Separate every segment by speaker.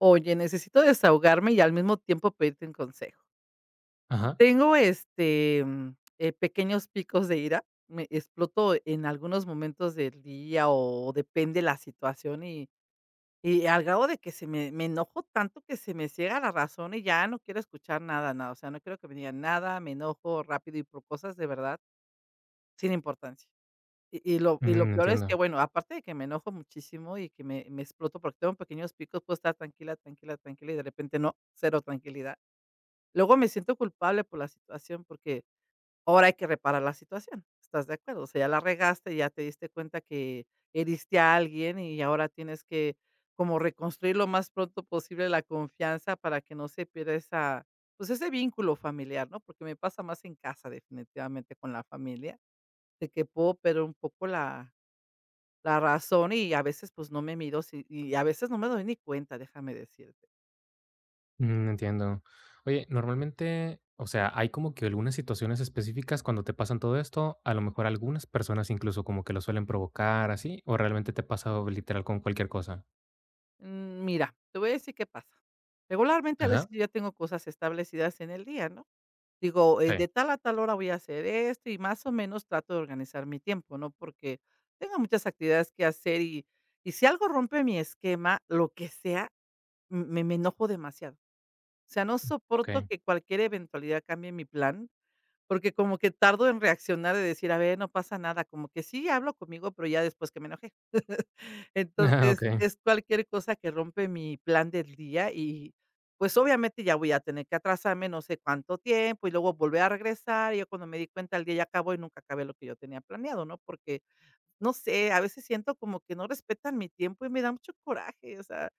Speaker 1: Oye, necesito desahogarme y al mismo tiempo pedirte un consejo.
Speaker 2: Ajá,
Speaker 1: Tengo pequeños picos de ira. Me exploto en algunos momentos del día o depende la situación, y al grado de que se me enojo tanto que se me ciega la razón y ya no quiero escuchar nada, nada. O sea, no quiero que me digan nada, me enojo rápido y por cosas de verdad sin importancia. Y lo
Speaker 2: mm,
Speaker 1: peor es que,
Speaker 2: entiendo,
Speaker 1: bueno, aparte de que me enojo muchísimo y que me exploto porque tengo pequeños picos, puedo estar tranquila, tranquila, tranquila, y de repente no, cero tranquilidad. Luego me siento culpable por la situación, porque ahora hay que reparar la situación, ¿estás de acuerdo? O sea, ya la regaste, ya te diste cuenta que heriste a alguien y ahora tienes que como reconstruir lo más pronto posible la confianza para que no se pierda pues, ese vínculo familiar, ¿no? Porque me pasa más en casa definitivamente con la familia, de que puedo perder un poco la razón, y a veces, pues, no me mido si y a veces no me doy ni cuenta, déjame decirte.
Speaker 2: mm, entiendo. Oye, normalmente, o sea, hay como que algunas situaciones específicas cuando te pasan todo esto, a lo mejor algunas personas incluso como que lo suelen provocar así, o realmente te pasa literal con cualquier cosa.
Speaker 1: Mira, te voy a decir qué pasa. Regularmente, a veces
Speaker 2: Ajá,
Speaker 1: yo ya tengo cosas establecidas en el día, ¿no? Digo,
Speaker 2: sí,
Speaker 1: de tal a tal hora voy a hacer esto y más o menos trato de organizar mi tiempo, ¿no? Porque tengo muchas actividades que hacer, y si algo rompe mi esquema, lo que sea, me enojo demasiado. O sea, no
Speaker 2: ok.
Speaker 1: soporto que cualquier eventualidad cambie mi plan. Porque como que tardo en reaccionar, de decir: "A ver, no pasa nada", como que sí hablo conmigo, pero ya después que me enojé.
Speaker 2: Ah, ok,
Speaker 1: Entonces, es cualquier cosa que rompe mi plan del día y, pues, obviamente ya voy a tener que atrasarme no sé cuánto tiempo y luego volver a regresar. Y yo cuando me di cuenta, el día ya acabó y nunca acabé lo que yo tenía planeado, ¿no? Porque no sé, a veces siento como que no respetan mi tiempo y me da mucho coraje. O sea,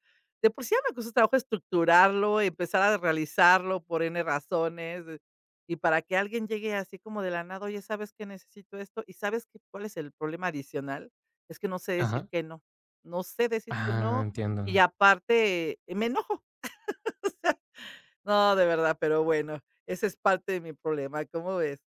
Speaker 1: de por sí ya me cuesta trabajo estructurarlo, empezar a realizarlo por N razones, y para que alguien llegue así como de la nada, oye, ¿sabes que necesito esto? ¿Y sabes qué cuál es el problema adicional? Es que no sé decir
Speaker 2: ajá.
Speaker 1: que no, no sé decir que
Speaker 2: Ah,
Speaker 1: no, y
Speaker 2: entiendo.
Speaker 1: aparte me enojo. No, de verdad, pero bueno, ese es parte de mi problema, ¿cómo ves?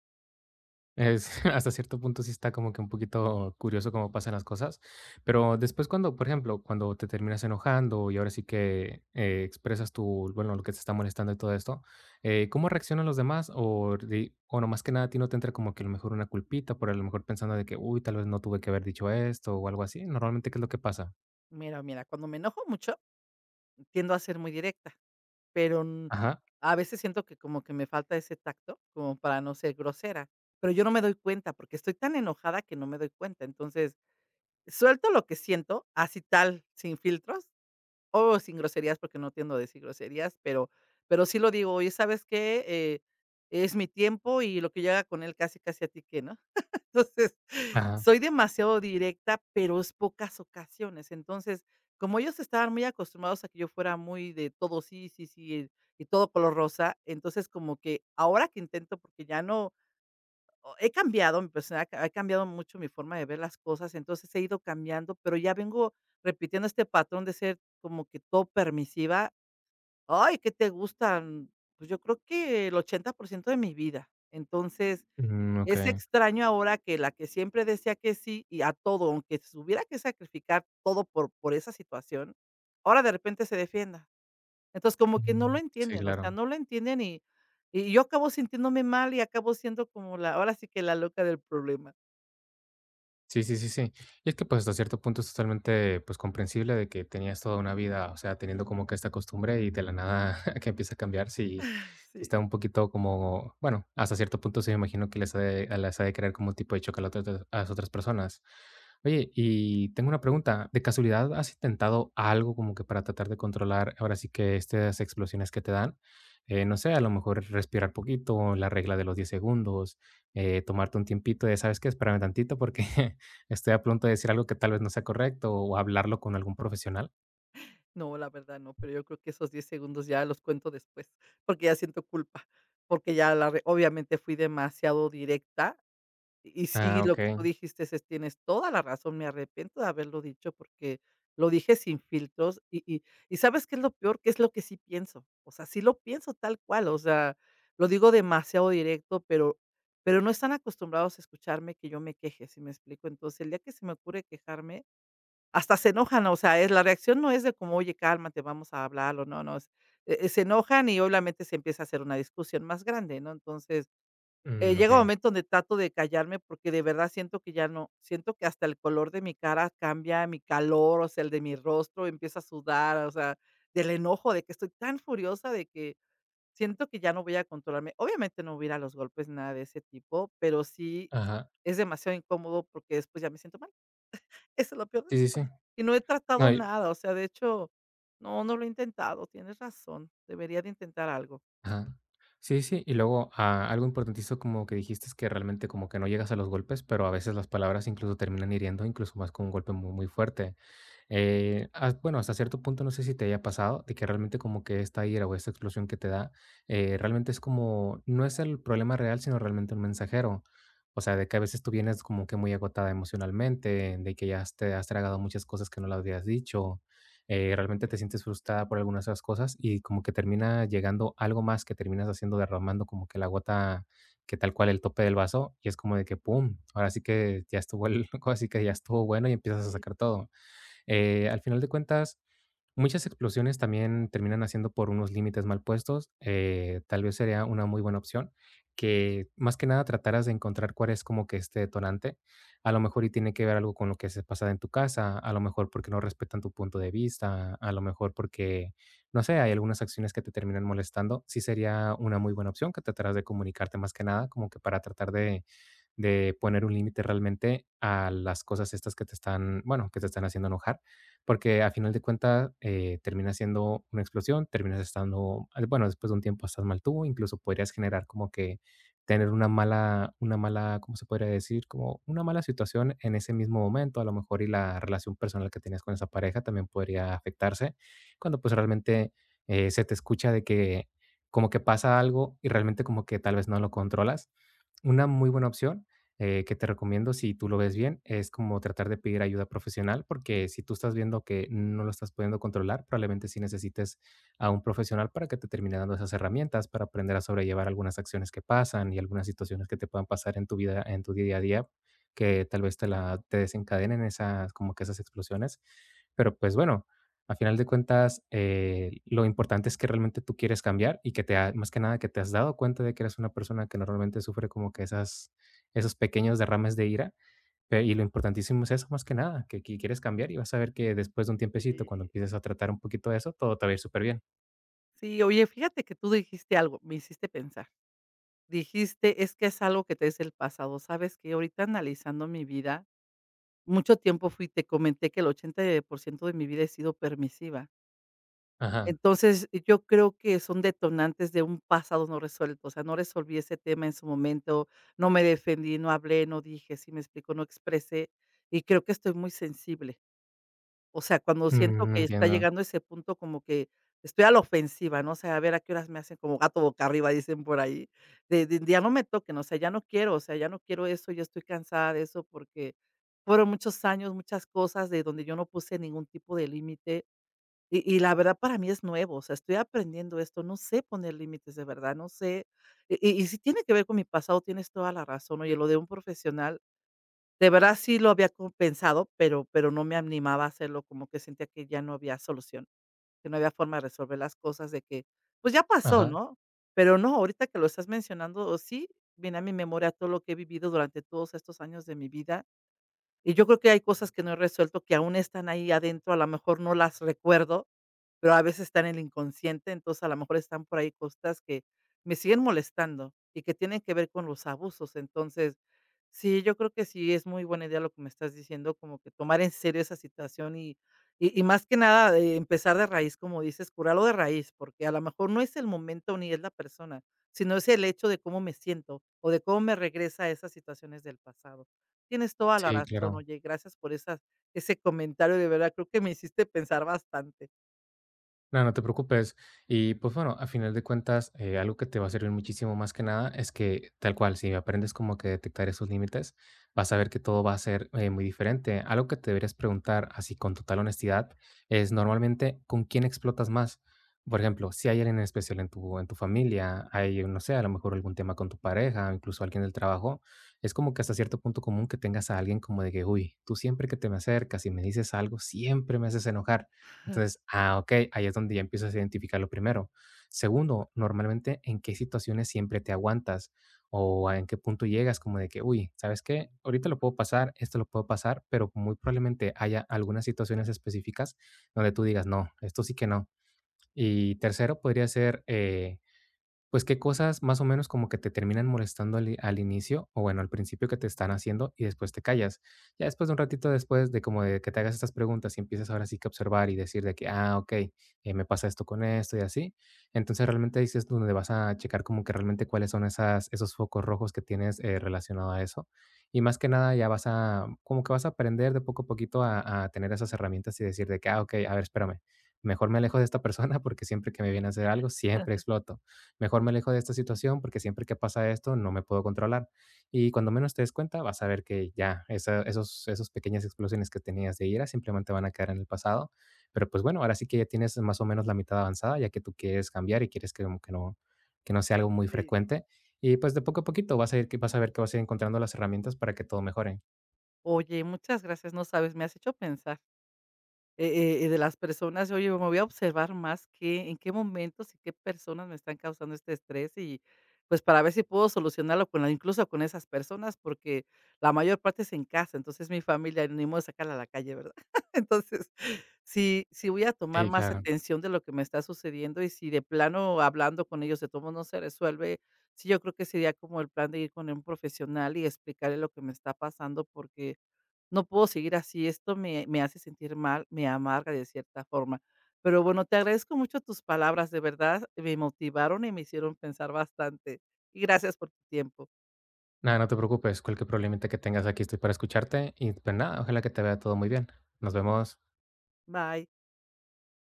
Speaker 2: Es, hasta cierto punto sí está como que un poquito curioso cómo pasan las cosas, pero después cuando, por ejemplo, cuando te terminas enojando y ahora sí que, expresas tu bueno, lo que te está molestando y todo esto, ¿cómo reaccionan los demás? O no más que nada a ti no te entra como que a lo mejor una culpita por a lo mejor pensando de que, uy, tal vez no tuve que haber dicho esto o algo así, ¿normalmente qué es lo que pasa?
Speaker 1: Mira, mira, cuando me enojo mucho, tiendo a ser muy directa. Pero n
Speaker 2: Ajá,
Speaker 1: a veces siento que como que me falta ese tacto, como para no ser grosera, pero yo no me doy cuenta, porque estoy tan enojada que no me doy cuenta. Entonces, suelto lo que siento, así tal, sin filtros, o sin groserías, porque no tiendo a decir groserías, pero sí lo digo: "Oye, ¿sabes qué? Es mi tiempo y lo que yo haga con él casi, casi a ti que ¿no?" Entonces,
Speaker 2: ajá,
Speaker 1: soy demasiado directa, pero es pocas ocasiones. Entonces, como ellos estaban muy acostumbrados a que yo fuera muy de todo sí, sí, sí, y todo color rosa, entonces como que ahora que intento, porque ya no, he cambiado, mi persona ha cambiado, mucho mi forma de ver las cosas. Entonces he ido cambiando, pero ya vengo repitiendo este patrón de ser como que todo permisiva. Ay, ¿qué te gustan? Pues yo creo que el 80% de mi vida. Entonces,
Speaker 2: mm,
Speaker 1: es
Speaker 2: okey,
Speaker 1: extraño ahora que la que siempre decía que sí y a todo, aunque se hubiera que sacrificar todo por esa situación, ahora de repente se defienda. Entonces, como que no
Speaker 2: mm,
Speaker 1: lo
Speaker 2: sí,
Speaker 1: entienden, o sea,
Speaker 2: claro.
Speaker 1: no lo entienden, y yo acabo sintiéndome mal y acabo siendo como la ahora sí que la loca del problema.
Speaker 2: Sí, sí, sí, sí. Y es que, pues, hasta cierto punto es totalmente, pues, comprensible de que tenías toda una vida, o sea, teniendo como que esta costumbre y de la nada que empieza a cambiar, sí, sí
Speaker 1: Sí.
Speaker 2: está un poquito como, bueno, hasta cierto punto sí me imagino que les ha de crear como un tipo de choque a, a las otras personas. Oye, y tengo una pregunta. ¿De casualidad has intentado algo como que para tratar de controlar ahora sí que estas explosiones que te dan? No sé, a lo mejor respirar poquito, la regla de los 10 segundos tomarte un tiempito de, ¿sabes qué? Espérame tantito porque estoy a punto de decir algo que tal vez no sea correcto o hablarlo con algún profesional.
Speaker 1: No, la verdad no, pero yo creo que esos 10 segundos ya los cuento después, porque ya siento culpa, porque ya la re obviamente fui demasiado directa. Y sí,
Speaker 2: Ah,
Speaker 1: lo que
Speaker 2: okey,
Speaker 1: tú dijiste es tienes toda la razón, me arrepiento de haberlo dicho porque lo dije sin filtros, y, ¿sabes qué es lo peor? Que es lo que sí pienso, o sea, sí lo pienso tal cual. O sea, lo digo demasiado directo, pero no están acostumbrados a escucharme que yo me queje, ¿sí me explico? Entonces, el día que se me ocurre quejarme, hasta se enojan. O sea, es la reacción no es de como: "Oye, cálmate, vamos a hablar", o no, no, es, se enojan, y obviamente se empieza a hacer una discusión más grande, ¿no? Entonces
Speaker 2: mm,
Speaker 1: llega un
Speaker 2: okey,
Speaker 1: momento donde trato de callarme porque de verdad siento que ya no, siento que hasta el color de mi cara cambia, mi calor, o sea, el de mi rostro empieza a sudar. O sea, del enojo de que estoy tan furiosa, de que siento que ya no voy a controlarme. Obviamente no voy a ir a los golpes, nada de ese tipo, pero sí
Speaker 2: ajá,
Speaker 1: es demasiado incómodo porque después ya me siento mal. Eso es lo peor.
Speaker 2: sí, sí, sí,
Speaker 1: Y no he tratado
Speaker 2: no, y
Speaker 1: nada, o sea, de hecho, no, no lo he intentado, tienes razón, debería de intentar algo.
Speaker 2: ajá, sí, sí, y luego, ah, algo importantísimo como que dijiste es que realmente como que no llegas a los golpes, pero a veces las palabras incluso terminan hiriendo, incluso más con un golpe muy, muy fuerte. Bueno, hasta cierto punto no sé si te haya pasado de que realmente como que esta ira o esta explosión que te da, realmente es como, no es el problema real, sino realmente un mensajero. O sea, de que a veces tú vienes como que muy agotada emocionalmente, de que te has tragado muchas cosas que no las habías dicho, realmente te sientes frustrada por algunas de esas cosas y como que termina llegando algo más que terminas haciendo derramando como que la gota que tal cual el tope del vaso y es como de que, ¡pum! Ahora sí que ya estuvo, ahora sí que ya estuvo bueno y empiezas a sacar todo. Al final de cuentas, muchas explosiones también terminan haciendo por unos límites mal puestos. Tal vez sería una muy buena opción que más que nada trataras de encontrar cuál es como que este detonante. A lo mejor y tiene que ver algo con lo que se pasa en tu casa, a lo mejor porque no respetan tu punto de vista, a lo mejor porque, no sé, hay algunas acciones que te terminan molestando. Sí sería una muy buena opción que trataras de comunicarte más que nada, como que para tratar de, poner un límite realmente a las cosas estas que te están, bueno, que te están haciendo enojar porque a final de cuentas termina siendo una explosión, terminas estando, bueno, después de un tiempo estás mal tú, incluso podrías generar como que tener una mala, ¿cómo se podría decir? Como una mala situación en ese mismo momento, a lo mejor, y la relación personal que tenías con esa pareja también podría afectarse, cuando pues realmente se te escucha de que como que pasa algo y realmente como que tal vez no lo controlas. Una muy buena opción, que te recomiendo si tú lo ves bien, es como tratar de pedir ayuda profesional, porque si tú estás viendo que no lo estás pudiendo controlar, probablemente sí necesites a un profesional para que te termine dando esas herramientas, para aprender a sobrellevar algunas acciones que pasan y algunas situaciones que te puedan pasar en tu vida, en tu día a día, que tal vez te desencadenen esas, como que esas explosiones. Pero pues bueno, a final de cuentas, lo importante es que realmente tú quieres cambiar y que más que nada que te has dado cuenta de que eres una persona que normalmente sufre como que esos pequeños derrames de ira. Y lo importantísimo es eso, más que nada, que quieres cambiar y vas a ver que después de un tiempecito, cuando
Speaker 1: Eh,
Speaker 2: empieces a tratar un poquito de eso, todo te va a ir súper bien.
Speaker 1: Sí, oye, fíjate que tú dijiste algo, me hiciste pensar. Dijiste: "Es que es algo que te es el pasado". ¿Sabes que ahorita analizando mi vida, mucho tiempo fui te comenté que el 80% de mi vida he sido permisiva?
Speaker 2: Ajá.
Speaker 1: Entonces, yo creo que son detonantes de un pasado no resuelto. O sea, no resolví ese tema en su momento, no me defendí, no hablé, no dije, ¿sí me explico? No expresé, y creo que estoy muy sensible. O sea, cuando siento
Speaker 2: Mm,
Speaker 1: que está
Speaker 2: entiendo.
Speaker 1: llegando ese punto, como que estoy a la ofensiva, ¿no? O sea, a ver a qué horas me hacen como gato boca arriba, dicen por ahí, de ya no me toquen. O sea, ya no quiero, o sea, ya no quiero eso, ya estoy cansada de eso, porque fueron muchos años, muchas cosas de donde yo no puse ningún tipo de límite. Y la verdad para mí es nuevo, o sea, estoy aprendiendo esto, no sé poner límites, de verdad, no sé. Y sí tiene que ver con mi pasado, tienes toda la razón. Oye, lo de un profesional, de verdad sí lo había co pensado, pero no me animaba a hacerlo, como que sentía que ya no había solución, que no había forma de resolver las cosas, de que, pues, ya pasó,
Speaker 2: Ajá.
Speaker 1: ¿no? Pero no, ahorita que lo estás mencionando, sí viene a mi memoria todo lo que he vivido durante todos estos años de mi vida, y yo creo que hay cosas que no he resuelto, que aún están ahí adentro, a lo mejor no las recuerdo, pero a veces están en el inconsciente. Entonces, a lo mejor están por ahí cosas que me siguen molestando y que tienen que ver con los abusos. Entonces, sí, yo creo que sí es muy buena idea lo que me estás diciendo, como que tomar en serio esa situación, y más que nada, empezar de raíz, como dices, curarlo de raíz, porque a lo mejor no es el momento ni es la persona, sino es el hecho de cómo me siento o de cómo me regresa a esas situaciones del pasado. Tienes toda la
Speaker 2: Sí,
Speaker 1: razón,
Speaker 2: claro.
Speaker 1: oye, gracias por esas ese comentario, de verdad creo que me hiciste pensar bastante.
Speaker 2: No, no te preocupes. Y pues bueno, a final de cuentas, algo que te va a servir muchísimo más que nada es que tal cual, si aprendes como que detectar esos límites, vas a ver que todo va a ser muy diferente. Algo que te deberías preguntar así con total honestidad es normalmente con quién explotas más. Por ejemplo, si hay alguien en especial en tu familia, hay, no sé, a lo mejor algún tema con tu pareja, incluso alguien del trabajo, es como que hasta cierto punto común que tengas a alguien como de que, uy, tú siempre que te me acercas y me dices algo, siempre me haces enojar entonces, ah, ok, ahí es donde ya empiezas a identificarlo primero. Segundo, normalmente, ¿en qué situaciones siempre te aguantas? O en qué punto llegas como de que, uy, ¿sabes qué? Ahorita lo puedo pasar, esto lo puedo pasar, pero muy probablemente haya algunas situaciones específicas donde tú digas, no, esto sí que no. Y tercero, podría ser, pues, ¿qué cosas más o menos como que te terminan molestando al inicio, o bueno, al principio que te están haciendo y después te callas? Ya después de un ratito después de como de que te hagas estas preguntas y empiezas ahora sí que a observar y decir de que: "Ah, ok me pasa esto con esto y así". Entonces, realmente ahí sí es donde vas a checar como que realmente cuáles son esas esos focos rojos que tienes, relacionado a eso. Y más que nada ya vas a como que vas a aprender de poco a poquito a tener esas herramientas y decir de que: "Ah, ok a ver, espérame, mejor me alejo de esta persona porque siempre que me viene a hacer algo, siempre exploto". Mejor me alejo de esta situación porque siempre que pasa esto no me puedo controlar. Y cuando menos te des cuenta, vas a ver que ya esos pequeñas explosiones que tenías de ira simplemente van a quedar en el pasado. Pero pues bueno, ahora sí que ya tienes más o menos la mitad avanzada, ya que tú quieres cambiar y quieres que, como que no sea algo muy
Speaker 1: Sí.
Speaker 2: frecuente. Y pues de poco a poquito vas a ir, que vas a ver que vas a ir encontrando las herramientas para que todo mejore.
Speaker 1: Oye, muchas gracias, no sabes, me has hecho pensar, de las personas. Oye, me voy a observar más que en qué momentos y qué personas me están causando este estrés y, pues, para ver si puedo solucionarlo con la incluso con esas personas, porque la mayor parte es en casa, entonces mi familia, ni modo de sacarla a la calle, ¿verdad? Entonces, sí, sí voy a tomar
Speaker 2: Sí,
Speaker 1: más
Speaker 2: claro.
Speaker 1: atención de lo que me está sucediendo, y si de plano hablando con ellos de todo no se resuelve, sí, yo creo que sería como el plan de ir con un profesional y explicarle lo que me está pasando, porque no puedo seguir así, esto me hace sentir mal, me amarga de cierta forma. Pero bueno, te agradezco mucho tus palabras, de verdad, me motivaron y me hicieron pensar bastante. Y gracias por tu tiempo.
Speaker 2: Nada, no te preocupes, cualquier problemita que tengas aquí estoy para escucharte. Y pues nada, ojalá que te vea todo muy bien. Nos vemos.
Speaker 1: Bye.